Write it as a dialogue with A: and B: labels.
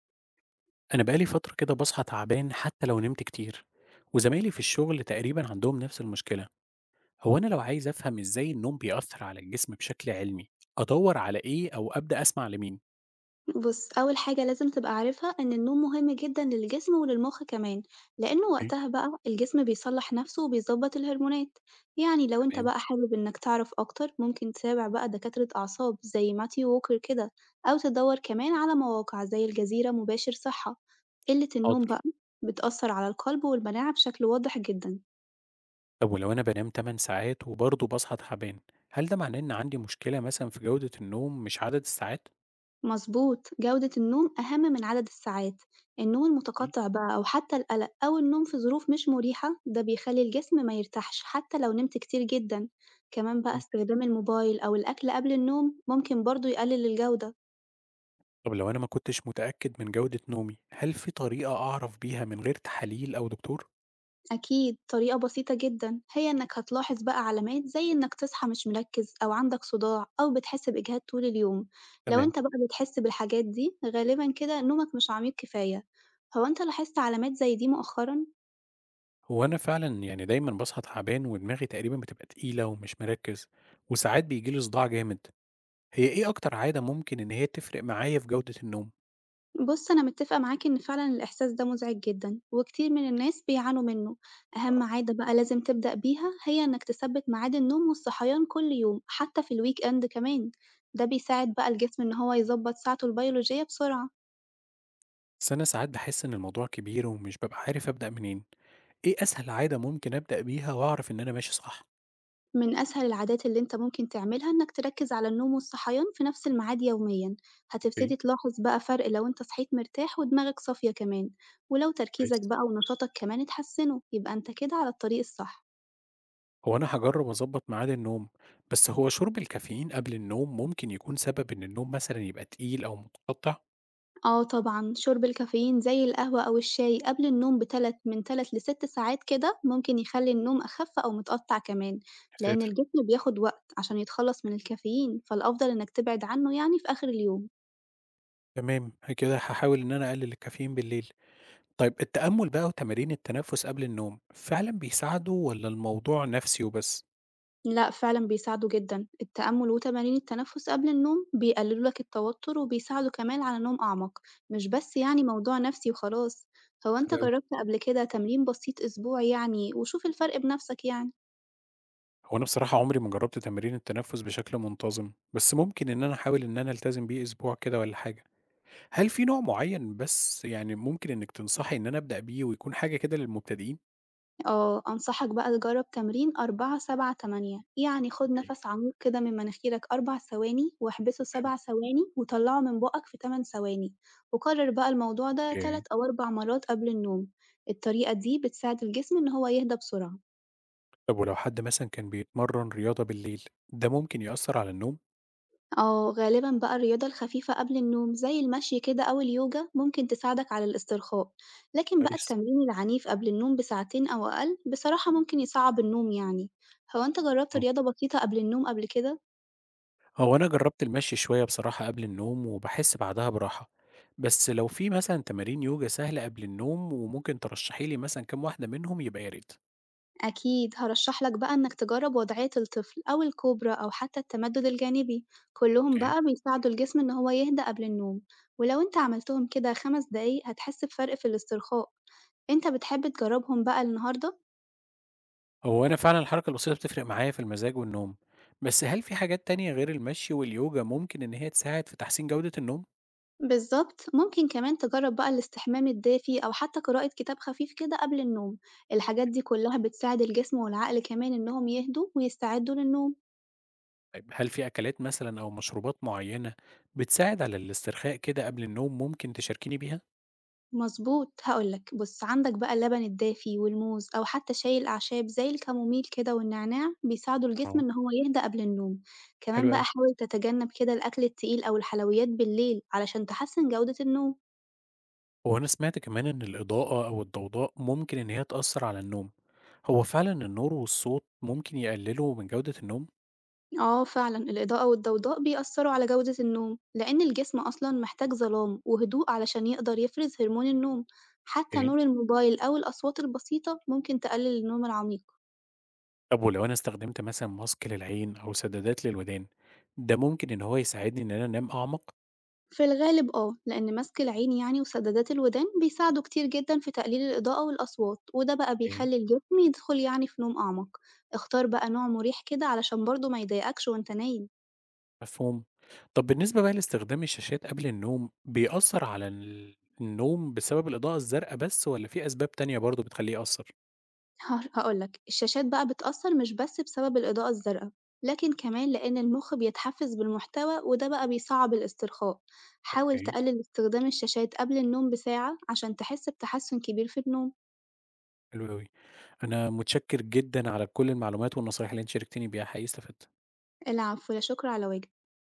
A: أنا بقالي فترة كده باصحى تعبان حتى لو نمت كتير، وزمايلي في الشغل تقريبا عندهم نفس المشكلة. هو أنا لو عايز أفهم إزاي النوم بيأثر على الجسم بشكل علمي أدور على إيه أو أبدأ أسمع لمين؟
B: بُص، أول حاجة لازم تبقى عارفها إن النوم مهم جدًا للجسم وللمخ كمان، لإنه
A: إيه؟
B: وقتها بقى الجسم بيصلّح نَفْسه وبيضبّط الهرمونات. يعني لو أنت
A: تمام.
B: بقى حابب إنك تعرف أكتر ممكن تتابع بقى دكاترة أعصاب زي ماثيو ووكر كده، أو تدوّر كمان على مواقع زي الجزيرة، مباشر صحة. قِلة النوم
A: حاضر.
B: بقى بتأثّر على القلب والمناعة بشكل واضح جدًا.
A: طب ولو أنا بنام 8 ساعات وبرضه بصحى تعبان، هل ده معناه إن عندي مشكلة مثلا في جودة النوم مش عدد الساعات؟
B: مظبوط، جودة النوم أهم من عدد الساعات. النوم
A: إيه؟
B: المتقطع بقى أو حتى القلق أو النوم في ظروف مش مريحة ده بيخلي الجسم ما يرتاحش حتى لو نمت كتير جدًا. كمان بقى
A: مم.
B: استخدام الموبايل أو الأكل قبل النوم ممكن برضه يقلل الجودة.
A: طب لو أنا ما كنتش متأكد من جودة نومي، هل في طريقة أعرف بيها من غير تحاليل أو دكتور؟
B: أكيد طريقة بسيطة جدًا هي إنك هتلاحظ بقى علامات زي إنك تصحى مش مركز أو عندك صداع أو بتحس بإجهاد طول اليوم. لو
A: تمام.
B: أنت بقى بتحس بالحاجات دي غالبًا كده نومك مش عميق كفاية. هو أنت لاحظت علامات زي دي مؤخرًا؟
A: هو أنا فعلًا دايمًا باصحى تعبان ودماغي تقريبًا بتبقى تقيلة ومش مركّز، وساعات بييجي لي صداع جامد. هي إيه أكتر عادة ممكن إن هي تفرق معايا في جودة النوم؟
B: بص، أنا متفقة معاك إن فعلًا الإحساس ده مزعج جدًا، وكتير من الناس بيعانوا منه. أهم عادة بقى لازم تبدأ بيها هي إنك تثبت ميعاد النوم والصحيان كل يوم حتى في الweekend كمان. ده بيساعد بقى الجسم إن هو يضبط ساعته البيولوجية بسرعة.
A: بس أنا ساعات باحس إن الموضوع كبير ومش بابقى عارف أبدأ منين. إيه أسهل عادة ممكن أبدأ بيها وأعرف إن أنا ماشي صح؟
B: من أسهل العادات اللي أنت ممكن تعملها إنك تركز على النوم والصحيان في نفس الميعاد يوميًا.
A: أوكي.
B: هتبتدي تلاحظ بقى فرق لو أنت صحيت مرتاح ودماغك صافية كمان. ولو
A: كويس.
B: تركيزك بقى ونشاطك كمان اتحسنوا يبقى أنت كده على الطريق الصح.
A: هو أنا هاجرّب أضبّط ميعاد النوم، بس هو شُرب الكافيين قبل النوم ممكن يكون سبب إن النوم مثلًا يبقى تقيل أو متقطّع؟
B: آه طبعًا، شُرب الكافيين زي القهوة أو الشاي قبل النوم بتلت من 3 ل6 ساعات كده ممكن يخلّي النوم أخف أو متقطع كمان،
A: يا
B: لإن
A: ساتر!
B: الجسم بياخد وقت عشان يتخلّص من الكافيين، فالأفضل إنك تبعد عنه يعني في آخر اليوم.
A: تمام، كده هاحاول إن أنا أقلل الكافيين بالليل. طيب التأمُّل بقى وتمارين التنفس قبل النوم، فعلًا بيساعدوا والّا الموضوع نَفْسي وبس؟
B: لأ فعلًا بيساعدوا جدًا، التأمل وتمارين التنفس قبل النوم بيقللوا لك التوتر وبيساعدوا كمان على نوم أعمق، مش بس يعني موضوع نفسي وخلاص. هو أنت
A: حلو أوي.
B: جرّبت قبل كده تمرين بسيط أسبوعي يعني وشوف الفرق بنفسك يعني؟
A: هو أنا بصراحة عمري ما جرّبت تمارين التنفس بشكل منتظم، بس ممكن إن أنا أحاول إن أنا ألتزم بيه أسبوع كده والّا حاجة. هل في نوع معيّن بس ممكن إنِّك تنصحي إن أنا أبدأ بيه ويكون حاجة كده للمبتدئين؟
B: آه، أنصحك بقى تجرّب تمرين 4، 7، 8. يعني خُد
A: أوكي،
B: نَفَس عميق كده من مناخيرك 4 ثواني، واحبسه
A: فاهم.
B: 7 ثواني، وطلّعه من بُقك في 8 ثواني، وكرر بقى الموضوع ده
A: أوكي.
B: 3 أو 4 مرات قبل النوم. الطريقة دي بتساعد الجسم إن هو يهدى بسرعة.
A: طب ولو حد مثلًا كان بيتمرّن رياضة بالليل، ده ممكن يأثّر على النوم؟
B: آه، غالبًا بقى الرياضة الخفيفة قبل النوم زي المشي كده أو اليوجا ممكن تساعدك على الاسترخاء، لكن بقى
A: كويس.
B: التمرين العنيف قبل النوم بساعتين أو أقل بصراحة ممكن يصعّب النوم يعني. هو أنت جرّبت
A: إمم.
B: رياضة بسيطة قبل النوم قبل كده؟
A: هو أنا جرّبت المشي شوية بصراحة قبل النوم وباحس بعدها براحة، بس لو في مثلًا تمارين يوجا سهلة قبل النوم وممكن ترشحي لي مثلًا كام واحدة منهم يبقى يا ريت.
B: أكيد هرشح لك بقى إنك تجرب وضعية الطفل أو الكوبرا أو حتى التمدد الجانبي. كلهم
A: أوكي.
B: بقى بيساعدوا الجسم إن هو يهدأ قبل النوم. ولو أنت عملتهم كده 5 دقايق هتحس بفرق في الاسترخاء. أنت بتحب تجربهم بقى النهاردة؟
A: هو أنا فعلًا الحركة البسيطة بتفرق معايا في المزاج والنوم، بس هل في حاجات تانية غير المشي واليوجا ممكن إن هي تساعد في تحسين جودة النوم؟
B: بالظبط، ممكن كمان تجرب بقى الاستحمام الدافي أو حتى قراءة كتاب خفيف كده قبل النوم. الحاجات دي كلها بتساعد الجسم والعقل كمان إنهم يهدوا ويستعدوا للنوم.
A: طيب هل في أكلات مثلًا أو مشروبات معينة بتساعد على الاسترخاء كده قبل النوم ممكن تشاركيني بيها؟
B: مضبوط، هاقول لك بُص، عندك بقى اللبن الدافي والموز أو حتى شاي الأعشاب زي الكاموميل كده والنعناع بيساعدوا الجسم
A: آه،
B: إن هو يهدأ قبل النوم.
A: حلو
B: كمان بقى
A: أوي.
B: حاول تتجنب كده الأكل التقيل أو الحلويات بالليل علشان تحسن جودة النوم.
A: هو أنا سمعت كمان إن الإضاءة أو الضوضاء ممكن إن هي تأثر على النوم، هو فعلا النور والصوت ممكن يقللوا من جودة النوم؟
B: آه فعلًا الإضاءة والضوضاء بيأثروا على جودة النوم، لأن الجسم أصلًا محتاج ظلام وهدوء علشان يقدر يفرز هرمون النوم. حتى
A: إيه؟
B: نور الموبايل أو الأصوات البسيطة ممكن تقلل النوم العميق.
A: طب ولو أنا استخدمت مثلا ماسك للعين أو سدادات للودان، ده ممكن إن هو يساعدني إن أنا أنام أعمق؟
B: في الغالب آه، لأن مسك العين يعني وسدادات الودان بيساعدوا كتير جدًا في تقليل الإضاءة والأصوات، وده بقى
A: إيه؟
B: بيخلي الجسم يدخل يعني في نوم أعمق. اختار بقى نوع مريح كده علشان برضه ما يضايقكش وأنت نايم.
A: مفهوم. طب بالنسبة بقى لاستخدام الشاشات قبل النوم بيأثر على النوم بسبب الإضاءة الزرقاء بس ولا في أسباب تانية برضه بتخليه يأثر؟
B: هاقو هاقول لك الشاشات بقى بتأثر مش بس بسبب الإضاءة الزرقا، لكن كمان لأن المخ بيتحفز بالمحتوى وده بقى بيصعب الاسترخاء. حاول
A: إيه؟
B: تقلل استخدام الشاشات قبل النوم بساعة عشان تحس بتحسن كبير في النوم.
A: حلو أوي، أنا متشكر جدا على كل المعلومات والنصايح اللي أنت شاركتني بيها، حقيقي استفدت.
B: العفو، لا شكر على واجب.